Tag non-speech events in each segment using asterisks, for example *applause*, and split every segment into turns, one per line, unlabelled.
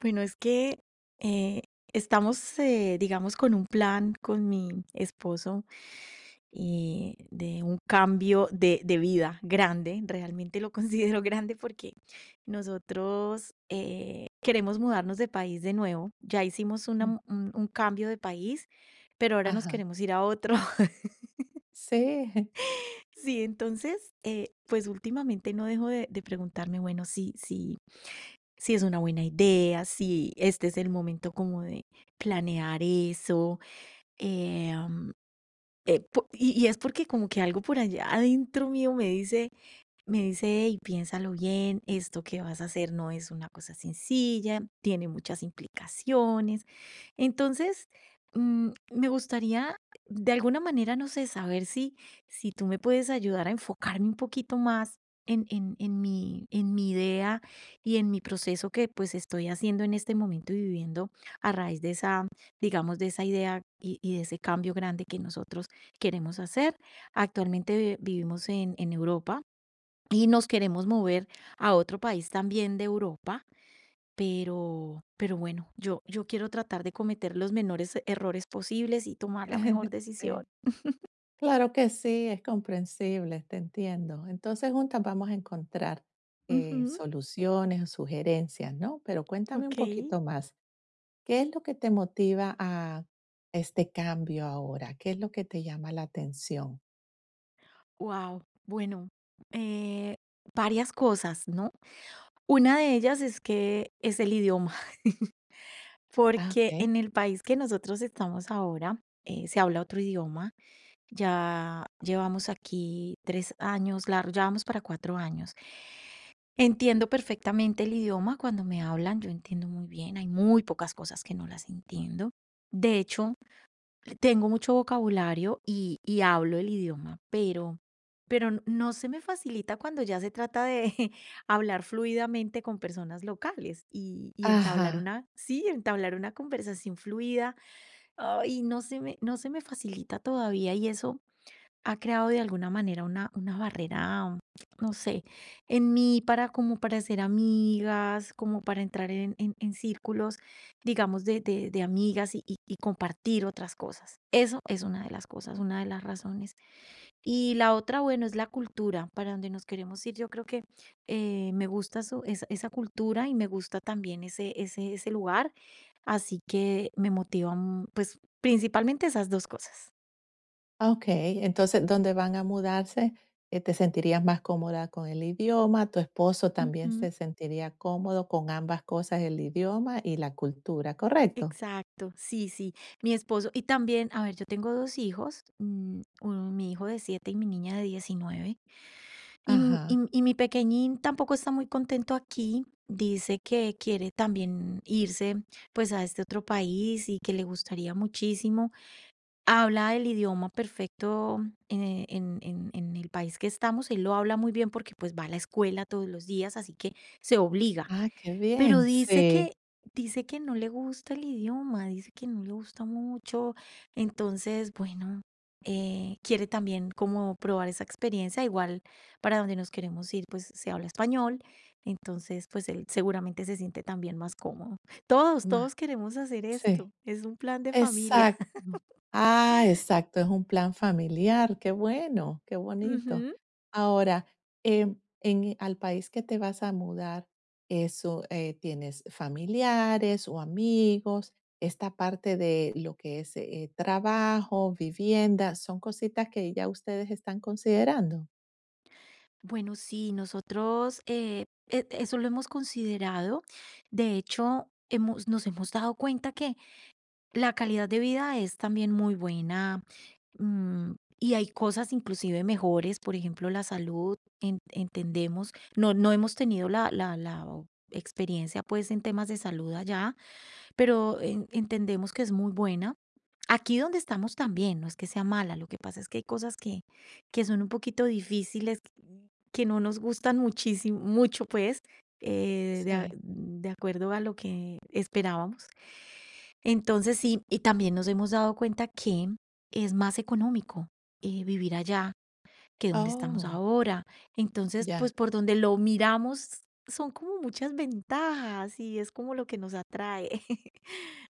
Bueno, es que eh, estamos, digamos, con un plan con mi esposo de un cambio de vida grande. Realmente lo *laughs* considero grande porque nosotros queremos mudarnos de país de nuevo. Ya hicimos una
Mm,
mu- un, un cambio de país, pero ahora nos
ajá.
queremos ir a otro. *laughs*
Sí,
Sí, entonces, pues últimamente no dejo de preguntarme, bueno, sí, sí. Si es una buena idea, si este es el momento como de planear eso. eh, am, y es porque como que algo por allá adentro mío me dice, hey, piénsalo bien, esto que vas a hacer no es una cosa sencilla, tiene muchas implicaciones. Entonces, me gustaría, de alguna manera, no sé, saber si tú me puedes ayudar a enfocarme un poquito más en mi idea y en mi proceso que pues estoy haciendo en este momento y viviendo a raíz de esa, digamos, de esa idea y de ese cambio grande que nosotros queremos hacer. Actualmente vivimos en Europa y nos queremos mover a otro país también de Europa, pero bueno, yo quiero tratar de cometer los menores errores posibles y tomar la mejor
*laughs*
decisión.
sí. Claro que sí, es comprensible, te entiendo. Entonces, juntas vamos a encontrar,
Ujú,
soluciones o sugerencias, ¿no? Pero cuéntame un
ok.
poquito más, ¿qué es lo que te motiva a este cambio ahora? ¿Qué es lo que te llama la atención?
Wow, bueno, eh, varias cosas, ¿no? Una de ellas es que es el idioma, *laughs*
Ah,
porque en
okey.
el país que nosotros estamos ahora se habla otro idioma. Ya llevamos aquí 3 años, largo, ya vamos para 4 años. Entiendo perfectamente el idioma cuando me hablan, yo entiendo muy bien, hay muy pocas cosas que no las entiendo. De hecho, tengo mucho vocabulario y hablo el idioma, pero no se me facilita cuando ya se trata de *laughs* hablar fluidamente con personas locales y
Ajá.
sí, entablar una conversación fluida, y no se me facilita todavía y eso ha creado de alguna manera una barrera, no sé, en mí para como para ser amigas, como para entrar en círculos, digamos, de amigas y compartir otras cosas. Eso es una de las cosas, una de las razones. Y la otra, bueno, es la cultura para donde nos queremos ir. Yo creo que me gusta esa cultura y me gusta también ese lugar, así que me motivan, pues, principalmente esas dos cosas.
Ah, okey. Entonces, dónde van a mudarse, te sentirías más cómoda con el idioma, tu esposo también
Ujú.
se sentiría cómodo con ambas cosas, el idioma y la cultura, ¿correcto?
Exacto, sí, sí. Mi esposo, y también, a ver, yo tengo dos hijos, mi hijo de 7 y mi niña de 19 y, m- y
Ajá.
m- y mi pequeñín tampoco está muy contento aquí, dice que quiere también irse pues a este otro país y que le gustaría muchísimo. Habla el idioma perfecto en el país que estamos, él lo habla muy bien porque pues va a la escuela todos los días, así que se obliga
Ah, qué
pero
bien.
dice que
Sí.
dice que no le gusta el idioma, dice que no le gusta mucho. Entonces, bueno, quiere también como probar esa experiencia. Igual para donde nos queremos ir, pues se habla español. Entonces, pues él seguramente se siente también más cómodo. Todos,
Ma
todos queremos hacer
sí.
esto. Es un plan de familia.
Exacto. Ah, exacto, es un plan familiar, qué bueno, qué
*laughs*
bonito.
Ujú.
Ahora, en al país que te vas a mudar, eso, ¿tienes familiares o amigos? Esta parte de lo que es, trabajo, vivienda, ¿son cositas que ya ustedes están considerando?
Bueno, sí, nosotros eso lo hemos considerado. De hecho, nos hemos dado cuenta que la calidad de vida es también muy buena, mm, y hay cosas inclusive mejores, por ejemplo, la salud, en entendemos, no hemos tenido la la la o experiencia, pues, en temas de salud allá, pero en entendemos que es muy buena. Aquí donde estamos también, no es que sea mala, lo que pasa es que hay cosas que son un poquito difíciles, que no nos gustan muchísimo mucho, pues,
Sí.
de acuerdo a lo que esperábamos. Entonces sí, y también nos hemos dado cuenta que es más económico, vivir allá que donde estamos
Oh,
ahora. Entonces,
ya.
pues, por donde lo miramos son como muchas ventajas y es como lo que nos atrae. *laughs*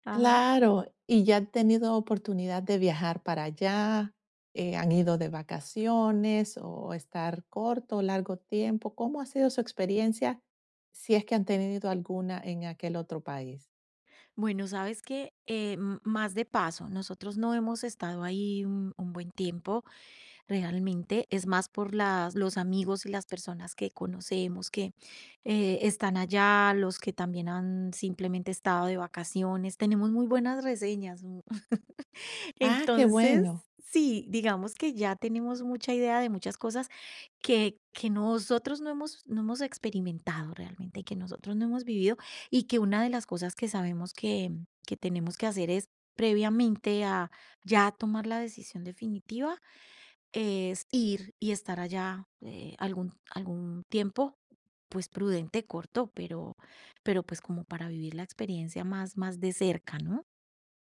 Ajá.
Claro, ¿y ya han tenido oportunidad de viajar para allá? ¿Han ido de vacaciones o estar corto o largo tiempo? ¿Cómo ha sido su experiencia, si es que han tenido alguna en aquel otro país?
Bueno, sabes que más de paso, nosotros no hemos estado ahí un buen tiempo realmente, es más por los amigos y las personas que conocemos que están allá, los que también han simplemente estado de vacaciones. Tenemos muy buenas reseñas,
Ah, qué
entonces,
bueno.
sí, digamos que ya tenemos mucha idea de muchas cosas que nosotros no hemos experimentado realmente y que nosotros no hemos vivido y que una de las cosas que sabemos que tenemos que hacer es previamente a ya tomar la decisión definitiva, es ir y estar allá algún tiempo, pues prudente, corto, pero pues como para vivir la experiencia más de cerca, ¿no?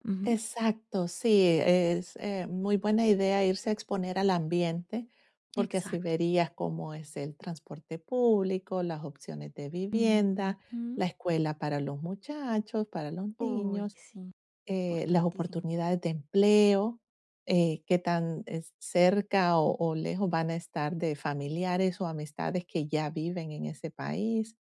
Ujú,
Exacto, sí, es, muy buena idea irse a exponer al ambiente, porque así
exacto.
verías cómo es el transporte público, las opciones de vivienda, la
Ujú.
escuela para los muchachos, para los
Uy,
niños.
sí,
Las
importantísimo.
oportunidades de empleo, qué tan cerca o lejos van a estar de familiares o amistades que ya viven en ese país.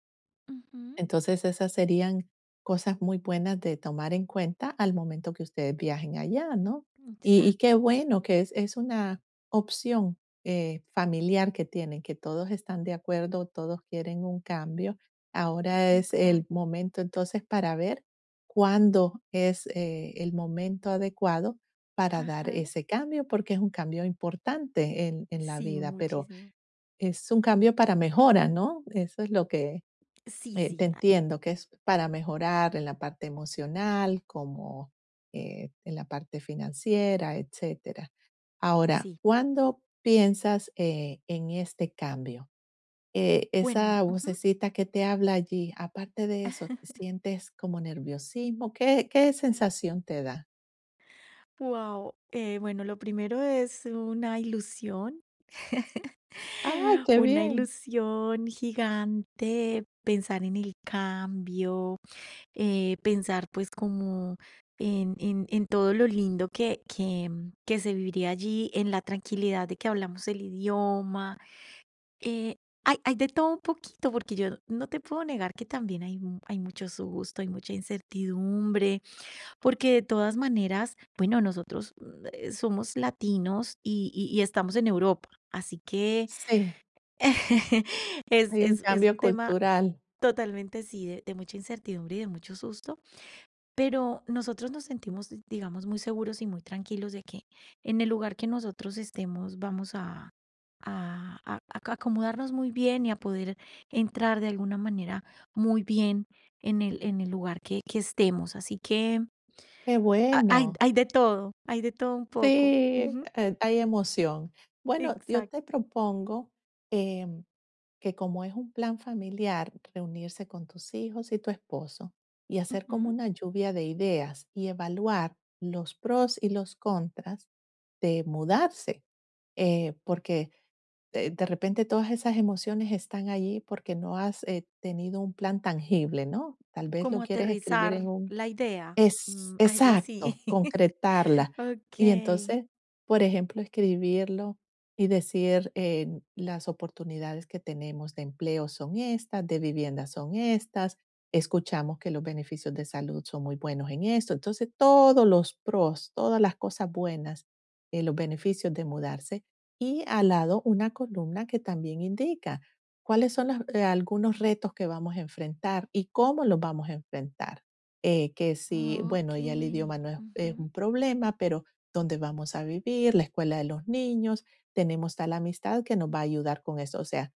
Ujú,
Entonces, esas serían cosas muy buenas de tomar en cuenta al momento que ustedes viajen allá, ¿no? Y
exacto,
qué bueno que es una opción familiar que tienen, que todos están de acuerdo, todos quieren un cambio. Ahora es el
exacto.
momento entonces para ver cuándo es el momento adecuado para dar
Ajá,
ese cambio, porque es un cambio importante en la
sí,
vida, pero
muchísimo.
es un cambio para mejora, ¿no? Eso es lo que
Sí,
te
sí, ah,
entiendo que es para mejorar en la parte emocional, como en la parte financiera, etcétera. Ahora,
sí.
¿cuándo piensas en este cambio?
Bueno,
Esa
ujú.
vocecita que te habla allí, aparte de eso, ¿te
*laughs*
sientes como nerviosismo? ¿Qué, qué sensación te da?
Wow. Bueno, lo primero es una ilusión, *laughs*
¡Ay, qué
una
bien!
ilusión gigante, pensar en el cambio, pensar pues como en todo lo lindo que se viviría allí, en la tranquilidad de que hablamos el idioma. eh, hay de todo un poquito, porque yo no te puedo negar que también hay mucho susto, hay mucha incertidumbre, porque de todas maneras, bueno, nosotros somos latinos y estamos en Europa, así que
Sí,
*laughs* es,
hay un
es, es
cambio
un tema
cultural.
totalmente, sí, de mucha incertidumbre y de mucho susto pero nosotros nos sentimos, digamos, muy seguros y muy tranquilos de que en el lugar que nosotros estemos vamos a acomodarnos muy bien y a poder entrar de alguna manera muy bien en el lugar que estemos. Así que
¡Qué
a- hay,
bueno!
hay de todo, hay de todo un
Sí,
poco. Ujú,
hay emoción. Bueno, yo
exacto.
te propongo em, que como es un plan familiar, reunirse con tus hijos y tu esposo y hacer como
Ujú.
una lluvia de ideas y evaluar los pros y los contras de mudarse, porque de repente todas esas emociones están allí porque no has tenido un plan tangible, ¿no? Tal vez
Como
lo quieres escribir en
aterrizar
un
la idea,
es
algo así.
exacto,
*laughs*
concretarla. Y
Ok,
entonces, por ejemplo, escribirlo y decir, las oportunidades que tenemos de empleo son estas, de vivienda son estas, escuchamos que los beneficios de salud son muy buenos en esto. Entonces, todos los pros, todas las cosas buenas, los beneficios de mudarse. Y al lado una columna que también indica cuáles son los, algunos retos que vamos a enfrentar y cómo los vamos a enfrentar que si, bueno,
ok.
ya el idioma no es,
Ujú,
es un problema, pero dónde vamos a vivir, la escuela de los niños, tenemos tal amistad que nos va a ayudar con eso. O sea,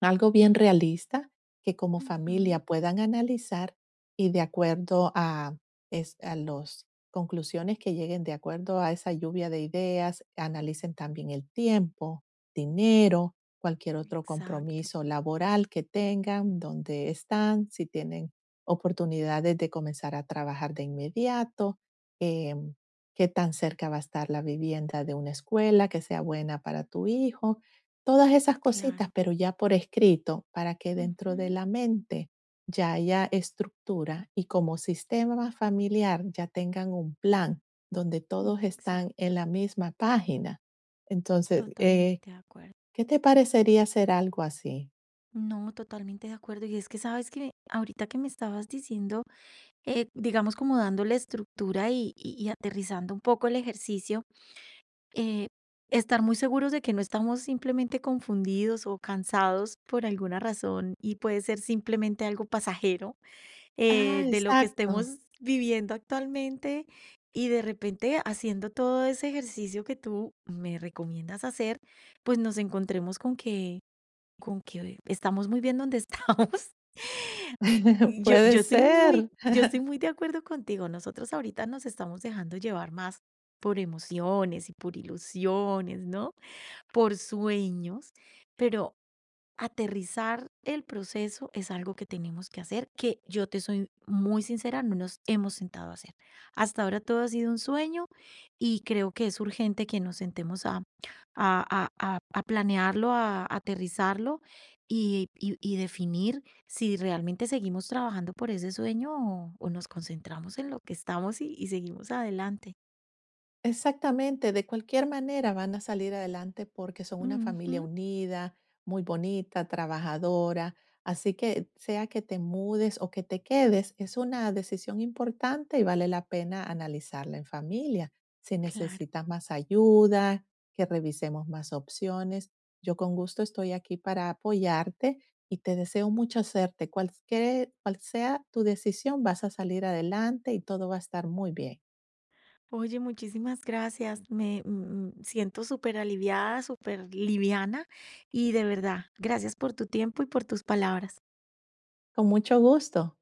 algo bien realista que como
ujú.
familia puedan analizar y de acuerdo a, es, a las conclusiones que lleguen, de acuerdo a esa lluvia de ideas, analicen también el tiempo, dinero, cualquier otro
Exacto.
compromiso laboral que tengan, dónde están, si tienen oportunidades de comenzar a trabajar de inmediato, em, qué tan cerca va a estar la vivienda de una escuela que sea buena para tu hijo. Todas
Mm,
esas cositas,
claro.
pero ya por escrito, para que dentro de
Ujú,
la mente ya haya estructura y como sistema familiar ya tengan un plan donde todos están
exacto.
en la misma página. Entonces,
Totalmente de acuerdo.
¿qué te parecería hacer algo así?
No, totalmente de acuerdo. Y es que sabes que ahorita que me estabas diciendo, digamos como dándole estructura y aterrizando un poco el ejercicio, eh, estar muy seguros de que no estamos simplemente confundidos o cansados por alguna razón y puede ser simplemente algo pasajero
Ah,
de lo que
exacto,
estemos viviendo actualmente y de repente haciendo todo ese ejercicio que tú me recomiendas hacer, pues nos encontremos con que estamos muy bien donde *laughs* estamos.
*laughs*
Y Yo,
puede
yo estoy muy,
ser.
yo estoy muy de acuerdo contigo. Nosotros ahorita nos estamos dejando llevar más por emociones y por ilusiones, ¿no? Por sueños, pero aterrizar el proceso es algo que tenemos que hacer, que yo te soy muy sincera, no nos hemos sentado a hacer. Hasta ahora todo ha sido un sueño y creo que es urgente que nos sentemos a planearlo, aterrizarlo y definir si realmente seguimos trabajando por ese sueño o nos concentramos en lo que estamos y seguimos adelante.
Exactamente, de cualquier manera van a salir adelante porque son una
Ujú,
familia unida, muy bonita, trabajadora, así que sea que te mudes o que te quedes, es una decisión importante y vale la pena analizarla en familia. Si
claro.
necesitas más ayuda, que revisemos más opciones, yo con gusto estoy aquí para apoyarte y te deseo mucha suerte. Cualquier, cual sea tu decisión, vas a salir adelante y todo va a estar muy bien.
Oye, muchísimas gracias. Me siento súper aliviada, súper liviana y de verdad, gracias por tu tiempo y por tus palabras.
Con mucho gusto.